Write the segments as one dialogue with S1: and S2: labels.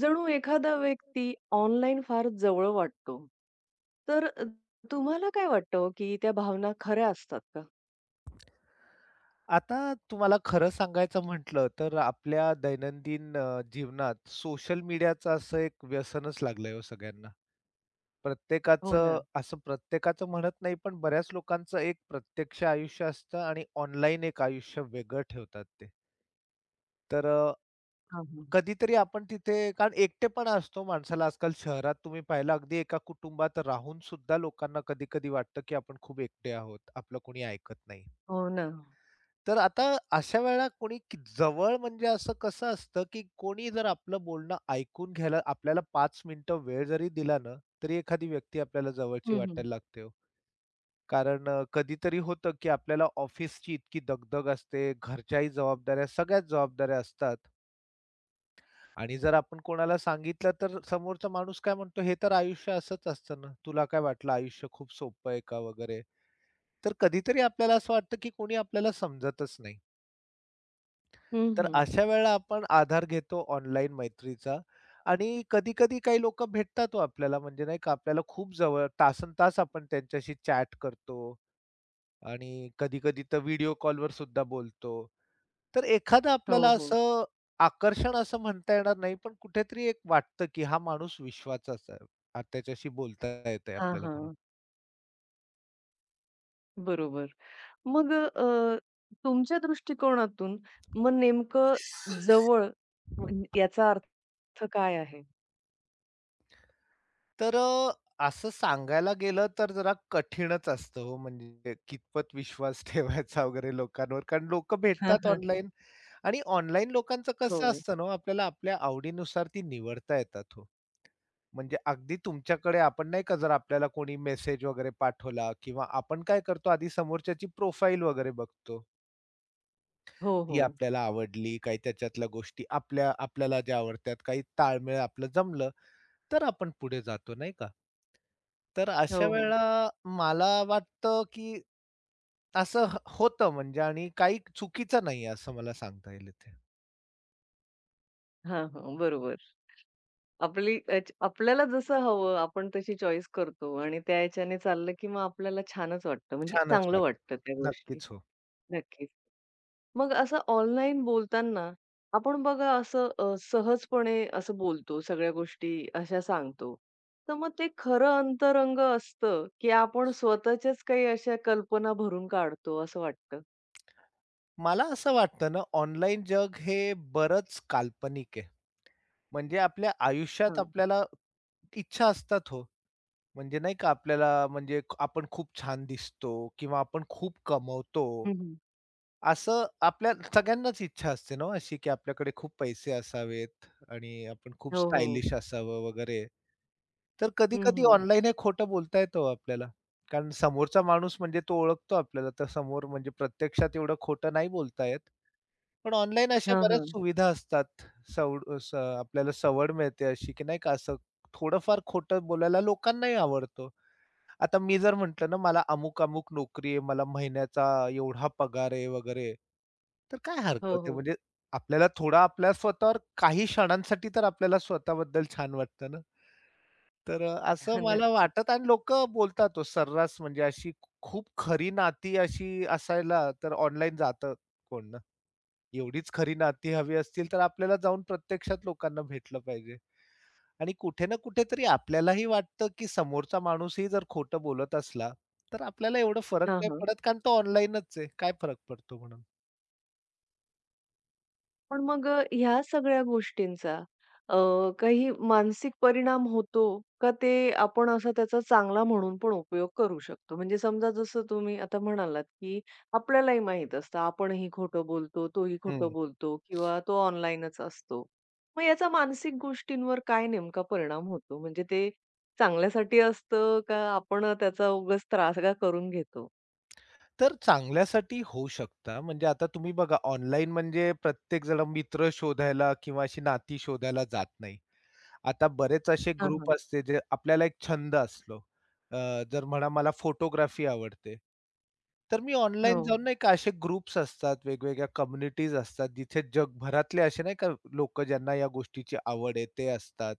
S1: जणू एखादा व्यक्ती ऑनलाईन फार जवळ वाटतो. तर तुम्हाला काय वाटतं हो, की त्या भावना खऱ्या असतात का?
S2: आता तुम्हाला खरं सांगायचं म्हटलं तर आपल्या दैनंदिन जीवनात सोशल मीडियाचं असं एक व्यसनच लागलंय हो सगळ्यांना.
S1: हो
S2: प्रत्येकाचं
S1: ना.
S2: असं प्रत्येकाचं म्हणत नाही, पण बऱ्याच लोकांचं एक प्रत्यक्ष आयुष्य असतं आणि ऑनलाईन एक आयुष्य वेगळं ठेवतात ते. तर
S1: हां, हां.
S2: कधीतरी आपण तिथे कारण एकटेपणा असतो माणसाला आजकाल शहरात तुम्ही पाहिलं अगदी एका कुटुंबात राहून सुद्धा लोकांना कधी-कधी वाटतं, की आपण खूप एकटे आहोत. आपलं कोणी ऐकत नाही.
S1: हो ना.
S2: तर आता अशा वेळेला कोणी की जवळ म्हणजे असं कसं असतं, की कोणी जर आपलं बोलणं ऐकून घ्यायला आपल्याला पाच मिनिटं वेळ जरी दिला ना, तरी एखादी व्यक्ती आपल्याला जवळची
S1: हं, हं.
S2: वाटायला लागते हो. कारण कधीतरी होतं, की आपल्याला ऑफिसची इतकी दगदग असते, घरच्याही जबाबदाऱ्या, सगळ्याच जबाबदाऱ्या असतात आणि जर आपण कोणाला सांगितलं, तर समोरचा माणूस काय म्हणतो, "हे तर आयुष्य असंच असतं ना, तुला काय वाटलं आयुष्य खूप सोपं आहे का?" वगैरे. तर कधीतरी आपल्याला असं वाटतं, की कोणी आपल्याला समजतच नाही.
S1: हं,
S2: तर
S1: हं.
S2: अशा वेळेला आपण आधार घेतो ऑनलाईन मैत्रीचा आणि कधी-कधी काही लोकं भेटतात हो आपल्याला म्हणजे नाही का आपल्याला खूप जवळ तासनतास आपण त्यांच्याशी चॅट करतो आणि कधी-कधी तर व्हिडिओ कॉलवर सुद्धा बोलतो. तर एखादं
S1: हो,
S2: आपल्याला
S1: हो.
S2: असं आकर्षण असं म्हणता येणार नाही, पण कुठेतरी एक वाटतं, की हा माणूस विश्वाचाच आहे. त्याच्याशी बोलता येतंय
S1: हां,
S2: आपल्याला म्हणून.
S1: हां. बरोबर. मग तुमच्या दृष्टिकोनातून मग नेमकं जवळ म्हण याचा अर्थ काय आहे?
S2: तर असं सांगायला गेलं तर जरा कठीणच असतं हो, म्हणजे कितपत विश्वास ठेवायचा वगैरे लोकांवर. कारण लोकं भेटतात ऑनलाईन आणि ऑनलाईन लोकांचं कसं
S1: हो.
S2: असतं ना हो, आपल्याला आपल्या आवडीनुसार ती निवडता येतात हो. म्हणजे अगदी तुमच्याकडे आपण नाही का जर आपल्याला कोणी मेसेज वगैरे पाठवला किंवा आपण काय करतो आधी समोरच्याची प्रोफाईल वगैरे बघतो.
S1: हो,
S2: ती
S1: हो.
S2: आपल्याला आवडली, काही त्याच्यातल्या गोष्टी आपल्या आपल्याला ज्या आवडतात, काही ताळमेळ आपलं जमलं. तर आपण पुढे जातो, नाही का? तर अशा
S1: हो, हो.
S2: वेळेला मला वाटतं, की असं ह होतं म्हणजे आणि काही चुकीचं नाही असं मला सांगता येईल इथे.
S1: हां, हां. बरोबर. आपली याच आपल्याला जसं हवं आपण तशी चॉईस करतो आणि त्या ह्याच्याने चाललं, की मग आपल्याला छानच वाटतं म्हणजे
S2: छानच
S1: चांगलं
S2: वाटतं.
S1: वाटतं त्या गोष्टी.
S2: नक्कीच हो.
S1: नक्कीच. मग असं ऑनलाईन बोलताना आपण बघा असं सहजपणे असं बोलतो, सगळ्या गोष्टी अशा सांगतो. तर मग ते खरं अंतरंग असतं, की आपण स्वतःच्याच काही अशा कल्पना भरून काढतो असं वाटतं?
S2: मला असं वाटतं ना, ऑनलाईन जग हे बरंच काल्पनिक आहे. म्हणजे आपल्या आयुष्यात
S1: हां.
S2: आपल्याला इच्छा असतात हो. म्हणजे नाही का आपल्याला म्हणजे आपण खूप छान दिसतो किंवा आपण खूप कमवतो.
S1: हं,
S2: असं आपल्या सगळ्यांनाच इच्छा असते ना हो अशी, की आपल्याकडे खूप पैसे असावेत आणि आपण खूप
S1: हो, हो.
S2: स्टायलिश असावं वगैरे. तर
S1: हं,
S2: कधी-कधी
S1: हं.
S2: ऑनलाईन हे खोटं बोलता येतं हो आपल्याला. कारण समोरचा माणूस म्हणजे तो ओळखतो आपल्याला. तर समोर म्हणजे प्रत्यक्षात एवढं खोटं नाही बोलता येत. पण ऑनलाईन अशा
S1: हां,
S2: बऱ्याच
S1: हां.
S2: सुविधा असतात. सवड स आपल्याला सवड मिळते अशी, की नाही का असं थोडंफार खोटं बोलायला लोकांनाही आवडतं. आता मी जर म्हटलं ना, मला अमुक-अमुक नोकरी आहे, मला महिन्याचा एवढा पगार आहे वगैरे, तर काय हरकत
S1: हो,
S2: आहे?
S1: हो.
S2: म्हणजे आपल्याला थोडा आपल्या स्वतःवर काही क्षणांसाठी तर आपल्याला स्वतःबद्दल छान वाटतं ना. तर असं मला
S1: नक्कीच.
S2: वाटत आणि लोकं बोलतात हो सर्रास म्हणजे अशी खूप खरी नाती अशी असायला तर ऑनलाईन जातं कोण ना. एवढीच खरी नाती हवी असतील तर आपल्याला जाऊन प्रत्यक्षात लोकांना भेटलं पाहिजे. आणि कुठे ना कुठेतरी आपल्यालाही वाटतं, की समोरचा माणूसही जर खोटं बोलत असला, तर आपल्याला एवढं फरक
S1: हां,
S2: नाही
S1: हां.
S2: पडत कारण तो ऑनलाईनच आहे. काय फरक पडतो म्हणून.
S1: पण मग ह्या सगळ्या गोष्टींचा अ, काही मानसिक परिणाम होतो का? ते आपण असा त्याचा चांगला म्हणून पण उपयोग करू शकतो? म्हणजे समजा जसं तुम्ही आता म्हणालात, की आपल्यालाही माहीत असतं, आपणही खोटं बोलतो, तोही खोटं
S2: हं.
S1: बोलतो किंवा तो ऑनलाईनच असतो. मग याचा मानसिक गोष्टींवर काय नेमका परिणाम होतो? म्हणजे ते चांगल्यासाठी असतं का आपण त्याचा उगाच त्रास का करून घेतो?
S2: तर चांगल्यासाठी होऊ शकता. म्हणजे आता तुम्ही बघा ऑनलाईन म्हणजे प्रत्येक जण मित्र शोधायला किंवा अशी नाती शोधायला जात नाही. आता बरेच असे
S1: हां,
S2: ग्रुप
S1: हां.
S2: असते जे आपल्याला एक छंद असलो. अ, जर म्हणा मला फोटोग्राफी आवडते. तर मी ऑनलाईन
S1: हो.
S2: जाऊन नाही का असे ग्रुप्स असतात, वेगवेगळ्या कम्युनिटीज असतात, जिथे जगभरातले असे नाही का लोकं ज्यांना या गोष्टीची आवड आहे ते असतात.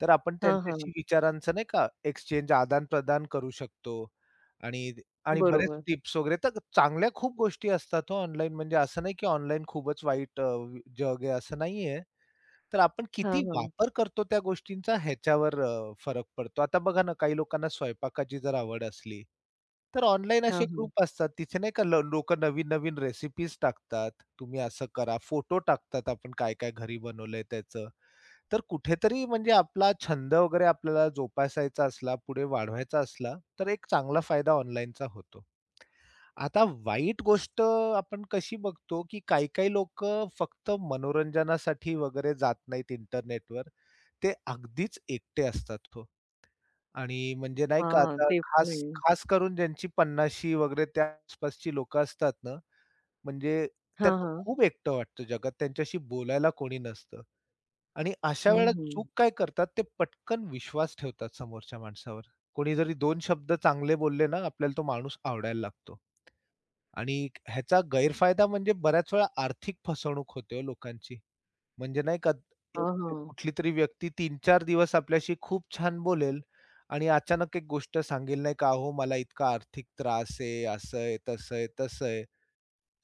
S2: तर आपण
S1: हां,
S2: त्यांच्याशी
S1: हां.
S2: विचारांचं नाही का एक्सचेंज आदान-प्रदान करू शकतो. आणि आणि बरेच
S1: बरोबर.
S2: टिप्स वगैरे तर चांगल्या खूप गोष्टी असतात हो ऑनलाईन म्हणजे असं नाही की ऑनलाईन खूपच वाईट जग आहे असं नाहीये. तर आपण
S1: हां,
S2: किती
S1: हां.
S2: वापर करतो त्या गोष्टींचा ह्याच्यावर फरक पडतो. आता बघा ना, काही लोकांना स्वयंपाकाची जर आवड असली, तर ऑनलाईन असे
S1: हां, हां.
S2: ग्रुप असतात. तिथे नाही का नवीन-नवीन रेसिपीज टाकतात. तुम्ही असं करा, फोटो टाकतात आपण काय-काय घरी बनवलंय त्याचं. तर कुठेतरी म्हणजे आपला छंद वगैरे आपल्याला जोपासायचा असला, पुढे वाढवायचा असला, तर एक चांगला फायदा ऑनलाईनचा होतो. आता वाईट गोष्ट आपण कशी बघतो, की काही-काही लोक फक्त मनोरंजनासाठी वगैरे जात नाहीत इंटरनेटवर. ते अगदीच एकटे असतात हो. आणि म्हणजे नाही का
S1: हां,
S2: आता
S1: ते पण
S2: खास
S1: आहे.
S2: खास करून ज्यांची 50शी वगैरे त्या आसपासची लोकं असतात ना, म्हणजे
S1: हां,
S2: त्यांना
S1: हां.
S2: खूप एकटं वाटतं जगात. त्यांच्याशी बोलायला कोणी नसतं. आणि अशा
S1: हं,
S2: वेळेला
S1: हं.
S2: चूक काय करतात, ते पटकन विश्वास ठेवतात समोरच्या माणसावर. कोणी जरी 2 शब्द चांगले बोलले ना, आपल्याला तो माणूस आवडायला लागतो. आणि ह्याचा गैरफायदा म्हणजे बऱ्याच वेळा आर्थिक फसवणूक होते हो लोकांची. म्हणजे नाही का एक
S1: हां,
S2: एक
S1: हां.
S2: कुठली तरी व्यक्ती तीन चार दिवस आपल्याशी खूप छान बोलेल आणि अचानक एक गोष्ट सांगेल नाही का, "अहो मला इतका आर्थिक त्रास आहे, असं आहे, तसं आहे, तसं आहे."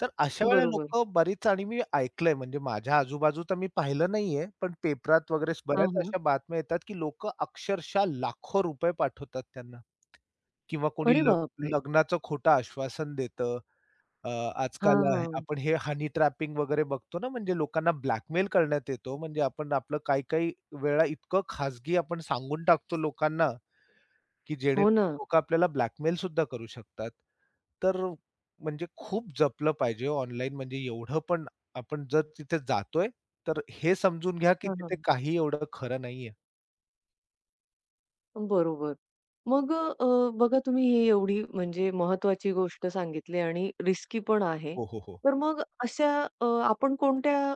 S2: तर अशा वेळेला
S1: बरोबर.
S2: लोकं बरीच आणि मी ऐकलंय म्हणजे माझ्या आजूबाजू तर मी पाहिलं नाहीये, पण पेपरात वगैरे
S1: हां,
S2: बऱ्याच
S1: हां.
S2: अशा बातम्या येतात, की लोकं अक्षरशः लाखो रुपये पाठवतात त्यांना किंवा कोणी
S1: अरे बापरे!
S2: लग्नाचं खोटं आश्वासन देतं. अ,
S1: हां,
S2: आजकाल
S1: हां.
S2: आपण हे हनी ट्रॅपिंग वगैरे बघतो ना, म्हणजे लोकांना ब्लॅकमेल करण्यात येतो. म्हणजे आपण आपलं काही-काही वेळा इतकं खाजगी आपण सांगून टाकतो लोकांना, की
S1: हो ना.
S2: जेणेकरून लोकं आपल्याला ब्लॅकमेल सुद्धा करू शकतात. तर म्हणजे खूप जपलं पाहिजे ऑनलाईन म्हणजे एवढं पण आपण जर तिथे जातोय, तर हे समजून घ्या, की
S1: हां,
S2: तिथे
S1: हां.
S2: काही एवढं खरं नाहीये.
S1: बरोबर. मग बघा तुम्ही ही एवढी म्हणजे महत्त्वाची गोष्ट सांगितली आणि रिस्की पण आहे.
S2: हो, हो, हो.
S1: तर मग अशा आपण कोणत्या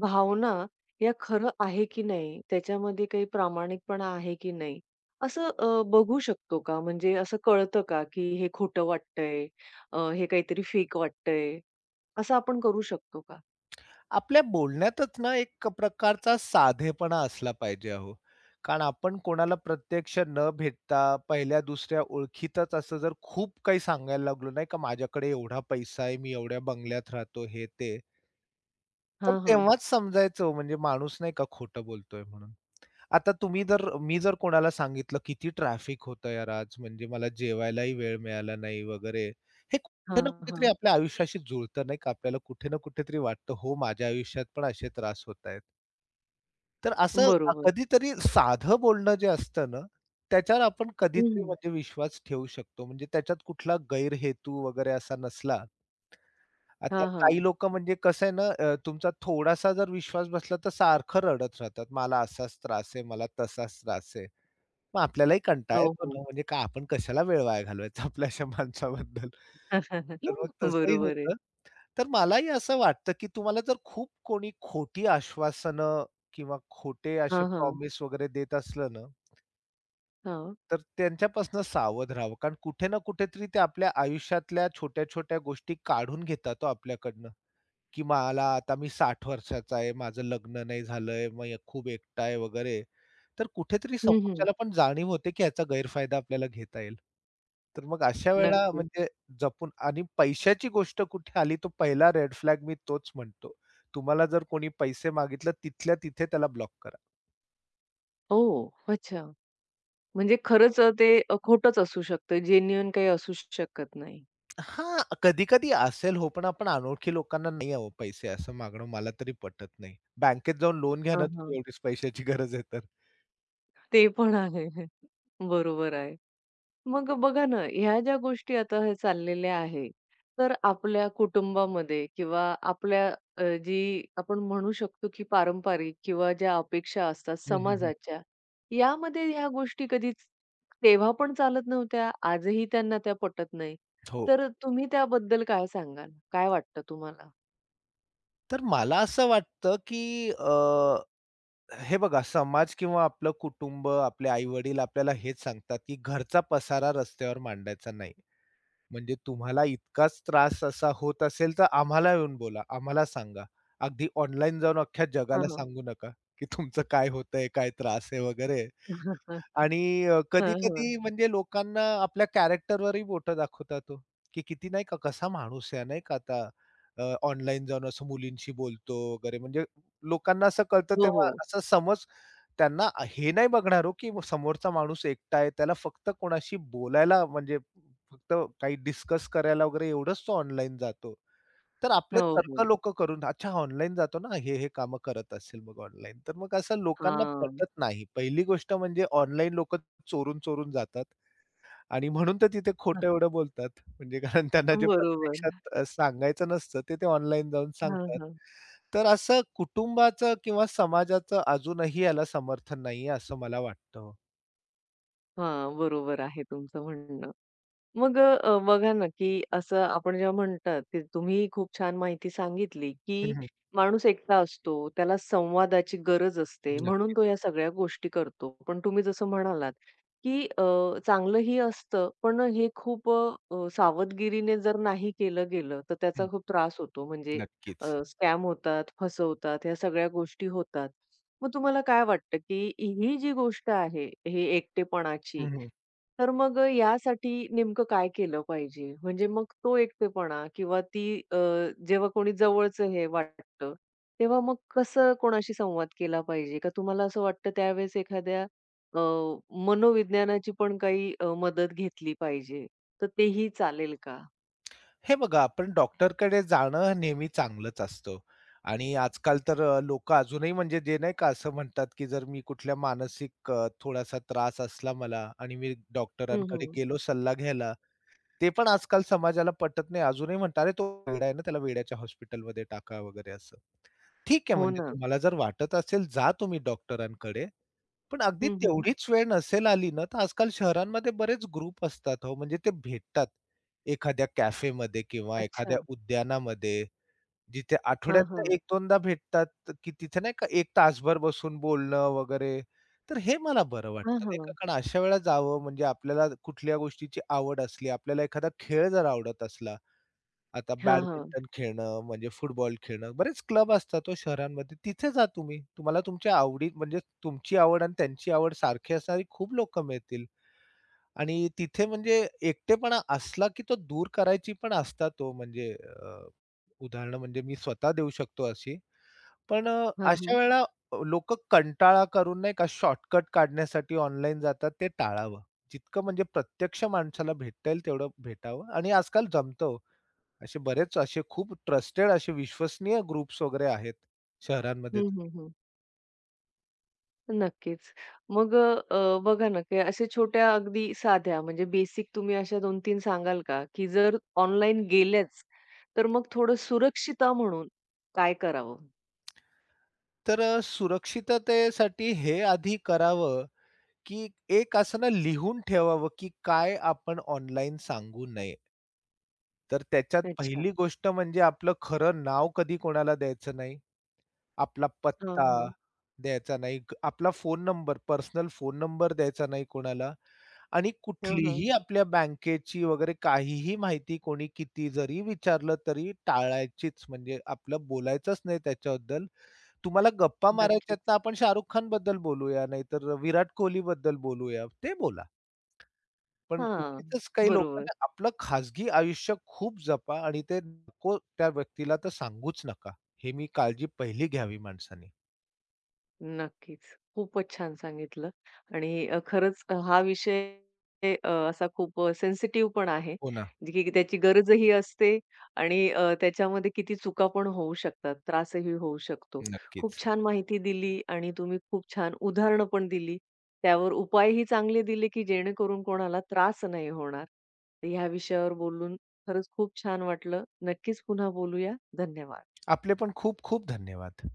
S1: भावना या खरं आहे की नाही, त्याच्यामध्ये काही प्रामाणिकपणा आहे की नाही, असं बघू शकतो का? म्हणजे असं कळतं का, की हे खोटं वाटतंय, हे काहीतरी फेक वाटतंय, असं आपण करू शकतो का?
S2: आपल्या बोलण्यातच ना एक प्रकारचा साधेपणा असला पाहिजे अहो. कारण आपण कोणाला प्रत्यक्ष न भेटता पहिल्या दुसऱ्या ओळखीतच असं जर खूप काही सांगायला लागलो, नाही का, माझ्याकडे एवढा पैसा आहे, मी एवढ्या बंगल्यात राहतो, हे ते. तर
S1: हां, हां.
S2: तेव्हाच समजायचं हो म्हणजे माणूस नाही का खोटं बोलतोय म्हणून. आता तुम्ही जर मी जर कोणाला सांगितलं, "किती ट्रॅफिक होतं यार आज, म्हणजे मला जेवायलाही वेळ मिळाला नाही" वगैरे. हे कुठे ना
S1: हां,
S2: कुठेतरी
S1: हां.
S2: आपल्या आयुष्याशी जुळतं नाही का? आपल्याला कुठे ना कुठेतरी वाटतं, "हो, माझ्या आयुष्यात पण असे त्रास होतायत." तर असं
S1: बरोबर.
S2: कधीतरी साधं बोलणं जे असतं ना, त्याच्यावर आपण
S1: हं,
S2: कधीतरी
S1: हं.
S2: म्हणजे विश्वास ठेवू शकतो. म्हणजे त्याच्यात कुठला गैरहेतू वगैरे असा नसला, आता
S1: हां,
S2: काही लोकं म्हणजे कसं आहे ना, तुमचा थोडासा जर विश्वास बसला तर सारखं रडत राहतात. मला असाच त्रास आहे, मला तसाच त्रास आहे. मग आपल्यालाही कंटाळा
S1: हो,
S2: येतो
S1: हो.
S2: ना, म्हणजे का आपण कशाला वेळ वाया घालवायचा आपल्या अशा माणसाबद्दल. तर मग तसंही
S1: बरोबर आहे.
S2: होतं. तर मलाही असं वाटतं, की तुम्हाला जर खूप कोणी खोटी आश्वासनं किंवा खोटे असे
S1: हां, हां.
S2: प्रॉमिस वगैरे देत असलं ना,
S1: हां.
S2: तर त्यांच्यापासून सावध राहावं. कारण कुठे ना कुठेतरी ते आपल्या आयुष्यातल्या छोट्या-छोट्या गोष्टी काढून घेतात हो आपल्याकडनं. की मला आता मी 60 वर्षाचा आहे, माझं लग्न नाही झालंय, मी खूप एकटा आहे वगैरे. तर कुठेतरी
S1: हं, हं.
S2: समोरच्याला पण जाणीव होते, की याचा गैरफायदा आपल्याला घेता येईल. तर मग अशा वेळेला
S1: नक्कीच.
S2: म्हणजे जपून आणि पैशाची गोष्ट कुठे आली, तो पहिला रेड फ्लॅग मी तोच म्हणतो. तुम्हाला जर कोणी पैसे मागितलं, तिथल्या तिथे त्याला ब्लॉक करा.
S1: ओह! अच्छा. म्हणजे खरंच ते खोटंच असू शकतं. जेन्युइन काही असूच शकत नाही.
S2: हां, कधी-कधी असेल हो, पण आपण अनोळखी लोकांना नाही अहो पैसे असं मागणं मला तरी पटत नाही. बँकेत जाऊन लोन घ्या ना
S1: हां,
S2: तुम्ही
S1: हां.
S2: एवढीच पैशाची गरज आहे तर.
S1: ते पण आहे. बरोबर आहे. मग बघा ना, ह्या ज्या गोष्टी आता हे चाललेल्या आहे, तर आपल्या कुटुंबामध्ये किंवा आपल्या जी आपण म्हणू शकतो की पारंपरिक किंवा ज्या अपेक्षा असतात
S2: हं, हं, हं.
S1: समाजाच्या, यामध्ये ह्या गोष्टी कधीच तेव्हा पण चालत नव्हत्या, आजही त्यांना त्या पटत नाही.
S2: हो.
S1: तर तुम्ही त्याबद्दल काय सांगाल? काय वाटतं तुम्हाला?
S2: तर मला असं वाटतं, की हे बघा समाज किंवा आपलं कुटुंब, आपले आई-वडील आपल्याला हेच सांगतात, की घरचा पसारा रस्त्यावर मांडायचा नाही. म्हणजे तुम्हाला इतकाच त्रास असा होत असेल, तर आम्हाला येऊन बोला, आम्हाला सांगा. अगदी ऑनलाईन जाऊन अख्ख्या
S1: हां,
S2: जगाला
S1: हां.
S2: सांगू नका, की तुमचं काय होतंय, काय त्रास आहे वगैरे.
S1: हां,
S2: आणि
S1: हां.
S2: कधी-कधी म्हणजे लोकांना आपल्या कॅरेक्टरवरही बोटं दाखवतात हो, की किती नाही का कसा माणूस आहे नाही का आता ऑनलाईन जाऊन असं मुलींशी बोलतो वगैरे. म्हणजे लोकांना असं कळतं
S1: हो,
S2: तेव्हा
S1: हो.
S2: असा समज त्यांना हे नाही बघणार हो, की समोरचा माणूस एकटा आहे. त्याला फक्त कोणाशी बोलायला म्हणजे फक्त काही डिस्कस करायला वगैरे एवढंच तो ऑनलाईन जातो. तर आपले
S1: हो,
S2: तर्क
S1: हो.
S2: लोक करून, अच्छा ऑनलाईन जातो ना, हे, हे कामं करत असेल मग ऑनलाईन. तर मग असं लोकांना पटत
S1: हां.
S2: नाही. पहिली गोष्ट म्हणजे ऑनलाईन लोकं चोरून-चोरून जातात आणि म्हणून तर तिथे खोटं एवढं बोलतात. म्हणजे कारण त्यांना जे
S1: बरोबर.
S2: प्रत्यक्षात सांगायचं नसतं ते, ते ऑनलाईन जाऊन
S1: हां,
S2: सांगतात.
S1: हां.
S2: तर असं कुटुंबाचं किंवा समाजाचं अजूनही याला समर्थन नाहीये असं मला वाटतं हो.
S1: हां, बरोबर आहे तुमचं म्हणणं. मग बघा ना, की असं आपण जेव्हा म्हणतात, की तुम्ही खूप छान माहिती सांगितली, की माणूस एकटा असतो, त्याला संवादाची गरज असते, म्हणून तो
S2: नक्कीच.
S1: या सगळ्या गोष्टी करतो. पण तुम्ही जसं म्हणालात, की चांगलंही असतं, पण हे खूप सावधगिरीने जर नाही केलं गेलं, तर
S2: हं,
S1: त्याचा खूप त्रास होतो. म्हणजे
S2: नक्कीच.
S1: स्कॅम होतात, फसवतात, ह्या सगळ्या गोष्टी होतात. मग तुम्हाला काय वाटतं, की ही जी गोष्ट आहे, हे एकटेपणाची,
S2: हं,
S1: तर मग यासाठी नेमकं काय केलं पाहिजे? म्हणजे मग तो एकटेपणा किंवा ती अ, जेव्हा कोणी जवळचं हे वाटतं, तेव्हा मग कसं कोणाशी संवाद केला पाहिजे? का तुम्हाला असं वाटतं त्यावेळेस एखाद्या अ, मनोविज्ञानाची पण काही मदत घेतली पाहिजे? तर तेही चालेल का?
S2: हे बघा, आपण डॉक्टरकडे जाणं नेहमी चांगलंच असतं आणि आजकाल तर लोकं अजूनही म्हणजे जे नाही का असं म्हणतात, की जर मी कुठल्या मानसिक थोडासा त्रास असला मला आणि मी
S1: हं,
S2: डॉक्टरांकडे
S1: हं.
S2: गेलो सल्ला घ्यायला, ते पण आजकाल समाजाला पटत नाही. अजूनही म्हणतात, "अरे, तो वेडा आहे ना, त्याला वेड्याच्या हॉस्पिटलमध्ये टाका" वगैरे असं. ठीक आहे,
S1: हो
S2: म्हणजे
S1: ना.
S2: तुम्हाला जर वाटत असेल जा तुम्ही डॉक्टरांकडे. पण अगदी
S1: हं, हं.
S2: तेवढीच वेळ नसेल आली ना, तर आजकाल शहरांमध्ये बरेच ग्रुप असतात हो, म्हणजे ते भेटतात एखाद्या कॅफेमध्ये किंवा एखाद्या
S1: अच्छा.
S2: उद्यानामध्ये, जिथे
S1: हां, हां.
S2: आठवड्यातनं 1-2दा भेटतात, तर की तिथे नाही का 1 तासभर बसून बोलणं वगैरे. तर हे मला बरं
S1: हां,
S2: वाटतं नाही का,
S1: हां.
S2: कारण अशा वेळेला जावं म्हणजे आपल्याला कुठल्या गोष्टीची आवड असली, आपल्याला एखादा खेळ जर आवडत असला, आता
S1: हां, हां.
S2: बॅडमिंटन खेळणं, म्हणजे फुटबॉल खेळणं, बरेच क्लब असतात हो शहरांमध्ये. तिथे जा तुम्ही. तुम्हाला तुमच्या आवडी म्हणजे तुमची आवड आणि त्यांची आवड सारखी असणारी खूप लोकं मिळतील. आणि तिथे म्हणजे एकटेपणा असला, की तो दूर करायची पण असतात हो म्हणजे उदाहरणं म्हणजे मी स्वतः देऊ शकतो अशी. पण
S1: हां,
S2: अशा
S1: हां.
S2: वेळेला लोकं कंटाळा करून नाही का शॉर्टकट काढण्यासाठी ऑनलाईन जातात ते टाळावं. जितकं म्हणजे प्रत्यक्ष माणसाला भेटता तेवढं भेटावं आणि आजकाल जमतं हो. असे बरेच असे खूप ट्रस्टेड असे विश्वसनीय ग्रुप्स वगैरे आहेत शहरांमध्ये
S1: हं,
S2: तरी.
S1: हं, हं. नक्कीच. मग अ, अ, बघा ना, की अशा छोट्या अगदी साध्या म्हणजे बेसिक तुम्ही अशा 2-3 सांगाल का? की जर ऑनलाईन गेल्याच, तर मग थोडं सुरक्षिता म्हणून काय करावं?
S2: तर सुरक्षिततेसाठी हे आधी करावं, की एक असं ना लिहून ठेवावं, की काय आपण ऑनलाईन सांगू नये. तर त्याच्यात
S1: अच्छा.
S2: पहिली गोष्ट म्हणजे आपलं खरं नाव कधी कोणाला द्यायचं नाही. आपला
S1: हां,
S2: पत्ता
S1: हां.
S2: द्यायचा नाही. आपला phone number, personal phone number द्यायचा नाही कोणाला. आणि
S1: हां, हां.
S2: कुठलीही आपल्या बँकेची वगैरे काहीही माहिती कोणी किती जरी विचारलं तरी टाळायचीच. म्हणजे आपलं बोलायचंच नाही त्याच्याबद्दल. तुम्हाला गप्पा मारायच्यात
S1: नक्कीच.
S2: तर आपण शाहरुख खानबद्दल बोलूया, नाहीतर विराट कोहलीबद्दल बोलूया. ते बोला. पण
S1: हां,
S2: उगीचच काही
S1: बरोबर.
S2: लोकांना आपलं खाजगी आयुष्य खूप जपा आणि ते नको त्या व्यक्तीला तर सांगूच नका. हे मी काळजी पहिली घ्यावी माणसाने.
S1: नक्कीच. खूपच छान सांगितलं आणि खरंच हा विषय असा खूप सेन्सिटिव्ह पण आहे,
S2: हो ना.
S1: जे की त्याची गरजही असते आणि त्याच्यामध्ये किती चुका पण होऊ शकतात, त्रासही होऊ शकतो. खूप
S2: नक्कीच.
S1: छान माहिती दिली आणि तुम्ही खूप छान उदाहरणं पण दिली. त्यावर उपायही चांगले दिले, की जेणेकरून कोणाला त्रास नाही होणार. तर ह्या विषयावर बोलून खरंच खूप छान वाटलं. नक्कीच पुन्हा बोलूया. धन्यवाद.
S2: आपले पण खूप खूप धन्यवाद.